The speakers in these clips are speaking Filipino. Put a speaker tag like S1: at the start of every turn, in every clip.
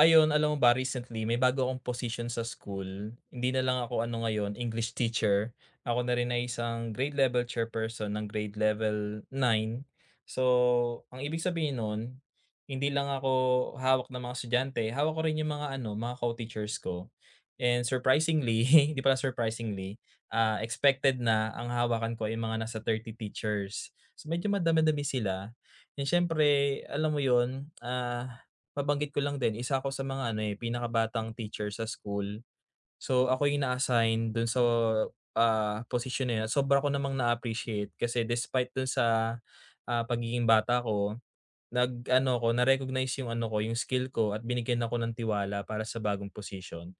S1: Ayun, alam mo ba recently may bago akong posisyon sa school. Hindi na lang ako ano ngayon, English teacher. Ako na rin ay isang grade level chairperson ng grade level nine. So, ang ibig sabihin nun, hindi lang ako hawak ng mga estudyante, hawak ko rin yung mga ano, mga co-teachers ko. And surprisingly, hindi pala surprisingly, expected na ang hawakan ko ay mga nasa 30 teachers. So medyo madami-dami sila. And syempre, alam mo yun, Mabanggit ko lang din isa ako sa mga ano, eh, pinakabatang teacher sa school. So, ako yung na-assign dun sa, position na yun at sobra ko namang na-appreciate kasi despite dun sa, pagiging bata ko, nag-ano ko, na-recognize yung ano ko, yung skill ko at binigyan ako ng tiwala para sa bagong position.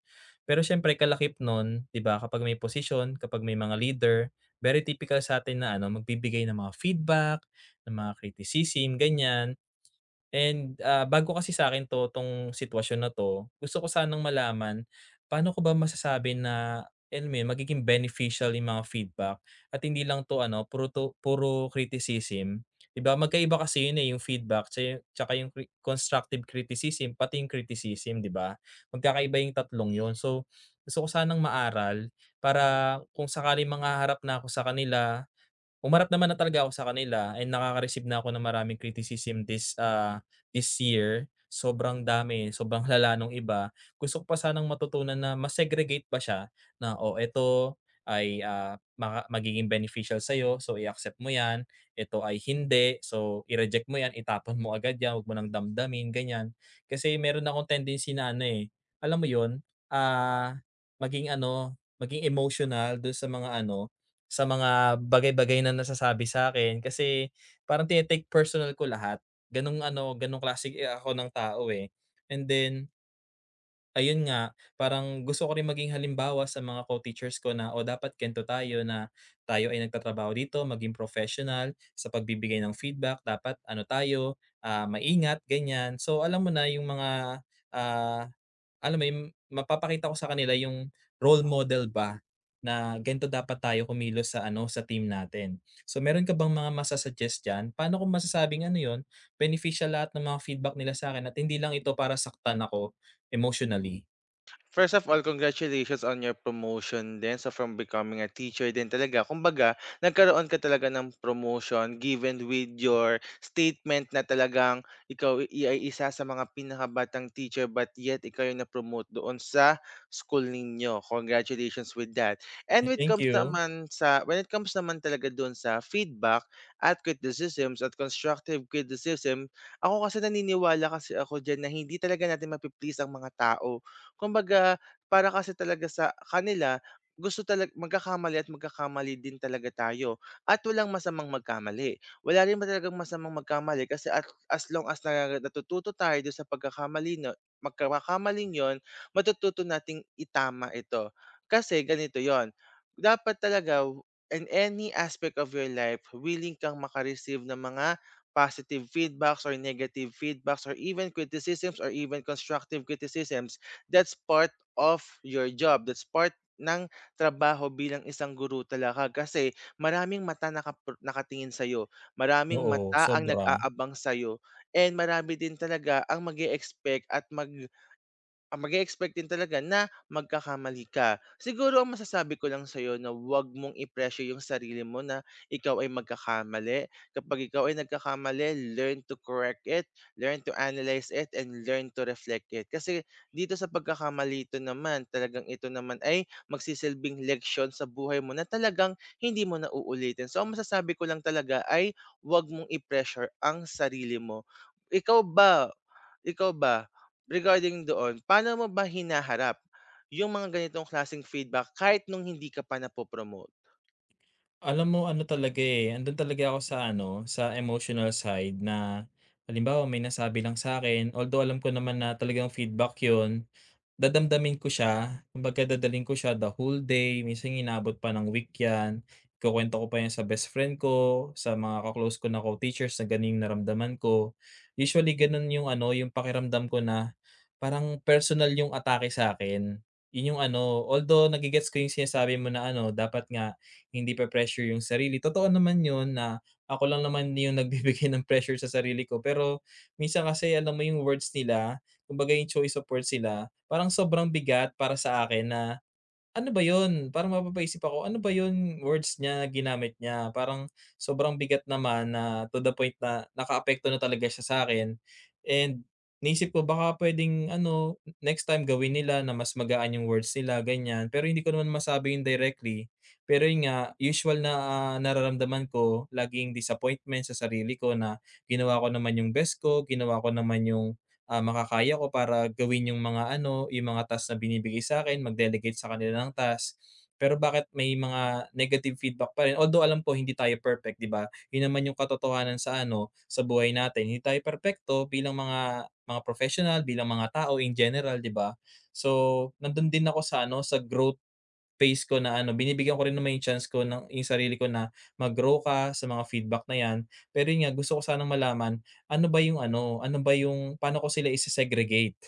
S1: Pero siyempre kalakip nun, 'di ba, kapag may position, kapag may mga leader, very typical sa'tin na ano, magbibigay ng mga feedback, ng mga criticism, ganyan. And, bago kasi sa akin 'to, 'tong sitwasyon na 'to, gusto ko sanang malaman, paano ko ba masasabi na, alam mo yun, magiging beneficial yung mga feedback at hindi lang 'to ano, puro 'to puro criticism, Magkaiba kasi yun, eh, yung feedback tsaka yung constructive criticism, pati yung criticism, 'di ba? Magkakaiba yung tatlong yun. So, gusto ko sanang maaral para kung sakaling manghaharap na ako sa kanila umarap naman na talaga ako sa kanila and nakaka-receive na ako ng maraming criticism this year. Sobrang dami, sobrang lala nung iba. Gusto ko pa sanang matutunan na mas segregate pa siya na, "Oh, eto ay, magiging beneficial sa'yo, so i-accept mo 'yan. Eto ay hindi, so i-reject mo 'yan, itapon mo agad 'yan, 'wag mo nang damdamin." Ganyan. Kasi meron akong tendency na ano, eh, alam mo 'yun, ah, maging ano, maging emotional dun sa mga ano, sa mga bagay-bagay na nasasabi sa akin, kasi parang tini-take personal ko lahat. Gano'ng ano, gano'ng klase, eh, ako ng tao, eh. And then Ayun nga, parang gusto ko rin maging halimbawa sa mga co-teachers ko na, "O, dapat kento tayo na tayo ay nagtatrabaho dito, maging professional sa pagbibigay ng feedback, dapat ano tayo, maingat." Ganyan. So, ah, alam mo yung mapapakita ko sa kanila yung role model ba na ganito dapat tayo kumilos sa ano, sa team natin. So, meron ka bang mga masa-suggest dyan? Paano ko masasabing ano yon beneficial lahat ng mga feedback nila sa akin at hindi lang ito para saktan ako? Emotionally.
S2: First of all, congratulations on your promotion din. So from becoming a teacher din talaga, kumbaga, nagkaroon ka talaga ng promotion given with your statement na talagang ay isa sa mga pinakabatang teacher but yet ikaw yung na-promote doon sa school ninyo. Congratulations with that. And
S1: Eh, thank you.
S2: when it comes naman talaga doon sa feedback at criticisms at constructive criticism, ako kasi naniniwala kasi ako diyan na hindi talaga natin mapi-please ang mga tao. Kumbaga, para kasi talaga sa kanila, gusto talag magkakamali at magkakamali din talaga tayo at walang masamang magkamali. Wala rin ba talagang masamang magkamali kasi at as long as na natututo tayo do'n sa pagkakamali no pagkakamaling 'yon, matututo nating itama ito. Kasi ganito 'yon, dapat talaga in any aspect of your life, willing kang maka-receive ng mga positive feedbacks or negative feedbacks or even criticisms or even constructive criticisms, that's part of your job. That's part ng trabaho bilang isang guru talaga kasi maraming mata nakapro nakatingin sa'yo, maraming
S1: Oo,
S2: mata ang
S1: sobra.
S2: nag-aabang sa'yo, and marami din talaga ang mag expect at mag expect din talaga na magkakamali ka. Siguro ang masasabi ko lang sa'yo na 'wag mong i-pressure yung sarili mo na ikaw ay magkakamali. Kapag ikaw ay nagkakamali, learn to correct it, learn to analyze it, and learn to reflect it. Kasi dito sa pagkakamali ito naman, talagang ito naman ay magsisilbing leksyon sa buhay mo na talagang hindi mo na uulitin. So ang masasabi ko lang talaga ay 'wag mong i-pressure ang sarili mo. Ikaw ba ikaw ba, regarding doon, paano mo ba hinaharap yung mga ganitong klaseng feedback kahit nung hindi ka pa napo-promote?
S1: Alam mo ano talaga, eh, andun talaga ako sa ano, sa emotional side na halimbawa may nasabi lang sa akin, although alam ko naman na talagang feedback yun. Dadamdamin ko siya, kumbaga dadaling ko siya the whole day, minsan inaabot pa ng week 'yan. Ikukuwento ko pa 'yan sa best friend ko, sa mga ko na co-teachers na gano'n yung naramdaman ko. Usually gano'n yung ano, yung pakiramdam ko na parang personal yung atake sa'kin. 'Yun yung ano, although gets ko yung sinasabi mo na ano, dapat nga hindi pe-pressure yung sarili. Totoo naman 'yun na ako lang naman yung nagbibigay ng pressure sa sarili ko, pero minsan kasi alam mo yung words nila, kumbaga yung choice of words sila. Parang sobrang bigat para sa akin na, ano ba 'yun? Parang mapapaisip ako, ano ba 'yun words niya, ginamit niya? Parang sobrang bigat naman na to the point na nakaapekto na talaga siya sa'kin and naisip ko baka puwedeng ano, next time gawin nila na mas magaan yung words nila, ganiyan. Pero hindi ko naman masabi yun directly. Pero yun nga, usual na, nararamdaman ko laging disappointment sa sarili ko na ginawa ko naman yung best ko, ginawa ko naman yung makakaya ko para gawin yung mga ano, yung mga task na binibigay sa'kin, mag-delegate sa kanila ng task. Pero bakit may mga negative feedback pa rin, although alam ko hindi tayo perfect, 'di ba? Yun naman yung katotohanan sa ano, sa buhay natin. Hindi tayo perpekto bilang mga professional, bilang mga tao in general, 'di ba? So, nandun din ako sa ano, sa growth phase ko na ano, binibigyan ko rin naman yung chance ko ng yung sarili ko na mag-grow ka sa mga feedback na 'yan. Pero yun nga, gusto ko sanang malaman, ano ba yung ano, ano ba yung paano ko sila ise-segregate?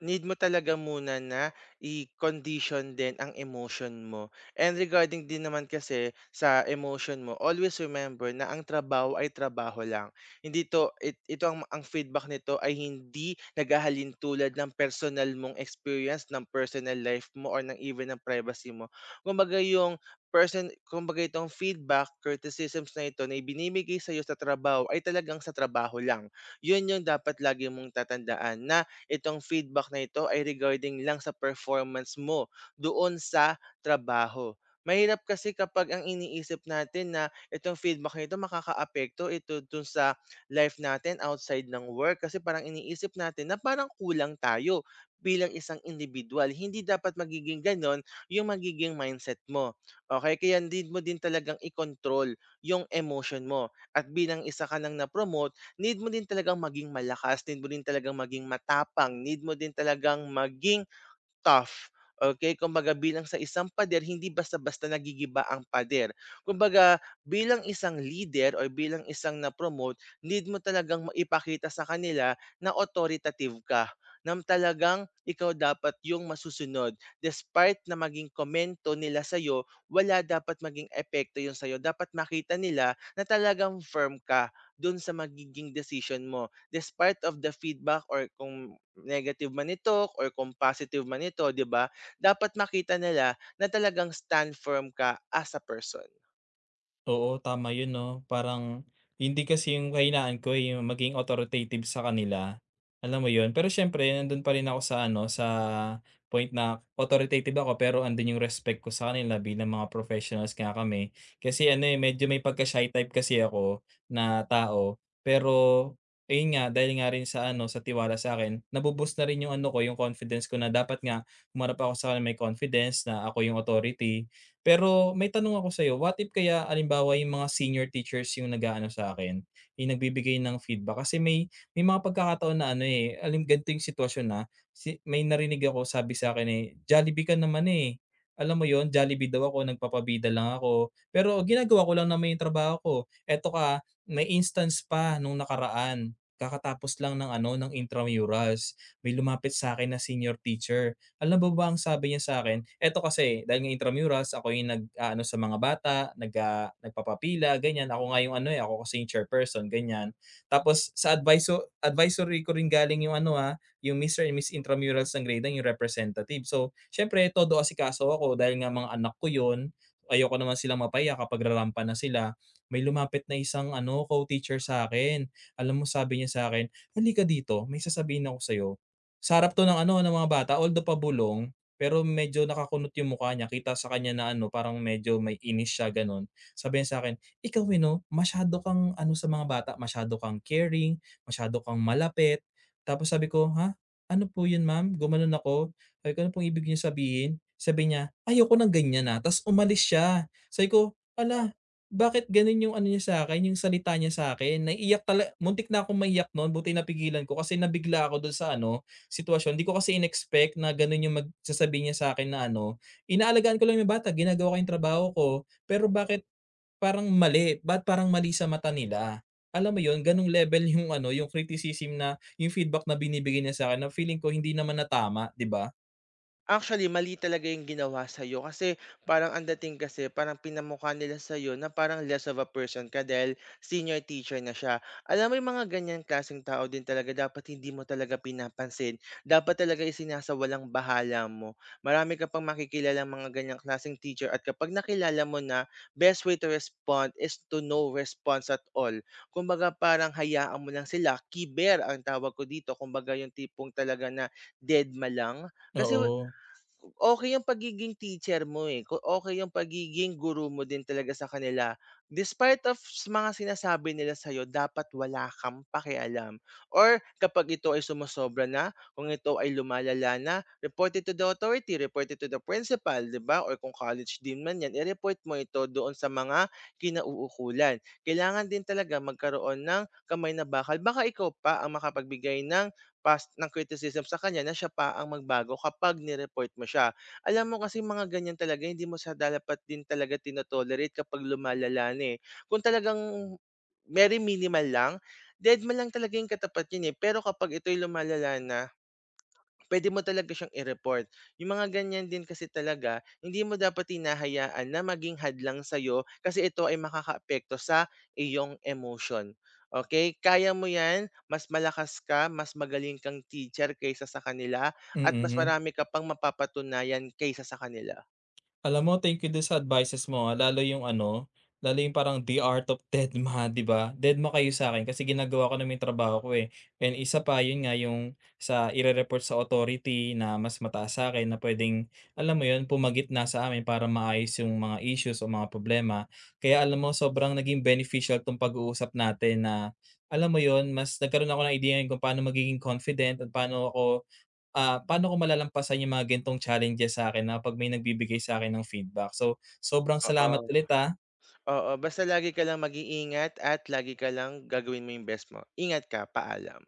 S2: Need mo talaga muna na i-condition din ang emotion mo. And regarding din naman kasi sa emotion mo, always remember na ang trabaho ay trabaho lang. Hindi to it, ito ang feedback nito ay hindi naghahalin tulad ng personal mong experience, ng personal life mo or ng even ng privacy mo. Kumbaga yung person, kumbaga itong feedback, criticisms na ito na ibinibigay sa iyo sa trabaho ay talagang sa trabaho lang. Yun yung dapat lagi mong tatandaan na itong feedback na ito ay regarding lang sa performance mo doon sa trabaho. Mahirap kasi kapag ang iniisip natin na itong feedback na ito makakaapekto ito dun sa life natin outside ng work kasi parang iniisip natin na parang kulang tayo bilang isang individual. Hindi dapat magiging ganon yung magiging mindset mo. Okay? Kaya hindi mo din talagang i-control yung emotion mo. At bilang isa ka nang na-promote, need mo din talagang maging malakas, need mo din talagang maging matapang, need mo din talagang maging tough, okay. Kumbaga bilang sa isang pader hindi basta-basta nagigiba ang pader. Kumbaga bilang isang leader or bilang isang na-promote, need mo talagang maipakita sa kanila na authoritative ka, na talagang ikaw dapat yung masusunod. Despite na maging komento nila sa'yo, wala dapat maging epekto yun sa'yo. Dapat makita nila na talagang firm ka dun sa magiging decision mo despite of the feedback or kung negative man ito or kung positive man ito, 'di ba? Dapat makita nila na talagang stand firm ka as a person.
S1: Oo, tama yun 'no, parang hindi kasi yung kahinaan ko, eh, yung maging authoritative sa kanila, alam mo yun? Pero siyempre nandun pa rin ako sa ano, sa point na authoritative ako pero andun yung respect ko sa kanila bilang mga professionals nga kami. Kasi ano, eh, medyo may pagka-shy type kasi ako na tao, pero ayun nga, dahil nga rin sa ano, sa tiwala sa'kin, nabo-boost na rin yung ano ko, yung confidence ko na dapat nga humarap ako sa kanila may confidence na ako yung authority. Pero may tanong ako sa'yo, what if kaya halimbawa yung mga senior teachers yung nag-aano sa'kin, yung nagbibigay ng feedback kasi may mga pagkakataon na ano, eh, ganito yung sitwasyon, na, may narinig ako sabi sa akin eh, "Jollibee ka naman, eh." Alam mo yon, Jollibee daw ako, nagpapabida lang ako, pero ginagawa ko lang naman yung trabaho ko. Eto ka, may instance pa nung nakaraan, kakatapos lang ng ano, ng intramurals, may lumapit sa akin na senior teacher. Alam mo ba ang sabi niya sa'kin, eto kasi dahil ng intramurals ako yung nag-aano sa mga bata, nagpapapila ganyan, ako nga yung ano, eh, ako kasi yung chairperson ganyan. Tapos sa advisory ko rin galing yung ano, yung Mr. and Miss Intramurals ng grade 9 yung representative. So, siyempre todo asikaso ako dahil nga mga anak ko yun, ayoko naman silang mapaya kapag rarampa na sila. May lumapit na isang ano, co-teacher sa akin. Alam mo sabi niya sa'kin, "Halika dito, may sasabihin ako sa'yo." Sa harap 'to ng ano, ng mga bata, although pabulong, pero medyo nakakunot yung mukha niya. Kita sa kanya na ano, parang medyo may inis siya, gano'n. Sabi niya sa'kin, "Ikaw, eh, 'no, masyado kang ano sa mga bata, masyado kang caring, masyado kang malapit." Tapos sabi ko, "Ha? Ano po yun, ma'am?" Gumanon ako. Sabi ko, "Ano pong ibig niyong sabihin?" Sabi niya, "Ayoko ng ganyan, ah." Ta's umalis siya. Sabi ko, "Hala, bakit gano'n yung ano niya sa akin yung salita niya sa'kin?" Naiiyak muntik na akong maiyak no'n, buti napigilan ko kasi nabigla ako do'n sa ano, sitwasyon, di ko kasi in-expect na gano'n yung sasabihin niya sa akin na ano, inaalagaan ko lang yung bata, ginagawa ko yung trabaho ko, pero bakit parang mali, ba't parang mali sa mata nila? Alam mo yun, gano'ng level yung ano, yung criticism na yung feedback na binibigay niya sa akin na feeling ko hindi naman natama tama, di ba?
S2: Actually, mali talaga yung ginawa sa'yo kasi parang ang dating kasi parang pinamukha nila sa'yo na parang less of a person ka dahil senior teacher na siya. Alam mo yung mga ganyan klaseng tao din talaga dapat hindi mo talaga pinapansin. Dapat talaga isinasawalang bahala mo. Marami ka pang makikilala mga ganyang klaseng teacher at kapag nakilala mo na, best way to respond is to no response at all. Kumbaga parang hayaan mo lang sila. Kiber ang tawag ko dito. Kumbaga yung tipong talaga na dead ma lang. Kasi
S1: Oo.
S2: okey yung pagiging teacher mo, eh, ko okey yung pagiging guru mo din talaga sa kanila. Despite of mga sinasabi nila sa'yo dapat wala kang pakialam or kapag ito ay sumasobra na, kung ito ay lumalala na, report it to the authority, report it to the principal, 'di ba? Or kung college dean man 'yan, i-report mo ito doon sa mga kinauukulan. Kailangan din talaga magkaroon ng kamay na bakal. Baka ikaw pa ang makapagbigay ng past ng criticism sa kanya na siya pa ang magbago kapag ni-report mo siya. Alam mo kasi mga ganyan talaga hindi mo sa dapat din talaga tino kapag lumalala na, eh. Kung talagang very minimal lang, dedma lang talaga yung katapat yun, eh, pero kapag ito'y lumalala na puwede mo talaga siyang i-report. Yung mga ganyan din kasi talaga, hindi mo dapat hinahayaan na maging hadlang sa'yo kasi ito ay makakaapekto sa iyong emotion, okay. Kaya mo 'yan, mas malakas ka, mas magaling kang teacher kaysa sa kanila at mas
S1: Mm.
S2: marami ka pang mapapatunayan kaysa sa kanila.
S1: Alam mo, thank you dun sa advices mo, lalo yung parang the art of dedma, 'di ba? Dedma kayo sa akin, kasi ginagawa ko naman yung trabaho ko, eh, and isa pa, yun nga yung sa ire-report sa authority na mas mataas sa'kin na pwedeng alam mo yun, pumagit na sa amin para maayos yung mga issues o mga problema. Kaya alam mo, sobrang naging beneficial 'tong pag-uusap natin na, alam mo yun, mas nagkaroon ako ng ideya kung paano magiging confident at paano ko malalampasan yung mga ganitong challenges sa akin, na 'pag may nagbibigay sa akin ng feedback. So, sobrang salamat ulit,
S2: Oo, oo, basta lagi ka lang mag-iingat at lagi ka lang gagawin mo yung best mo. Ingat ka, paalam.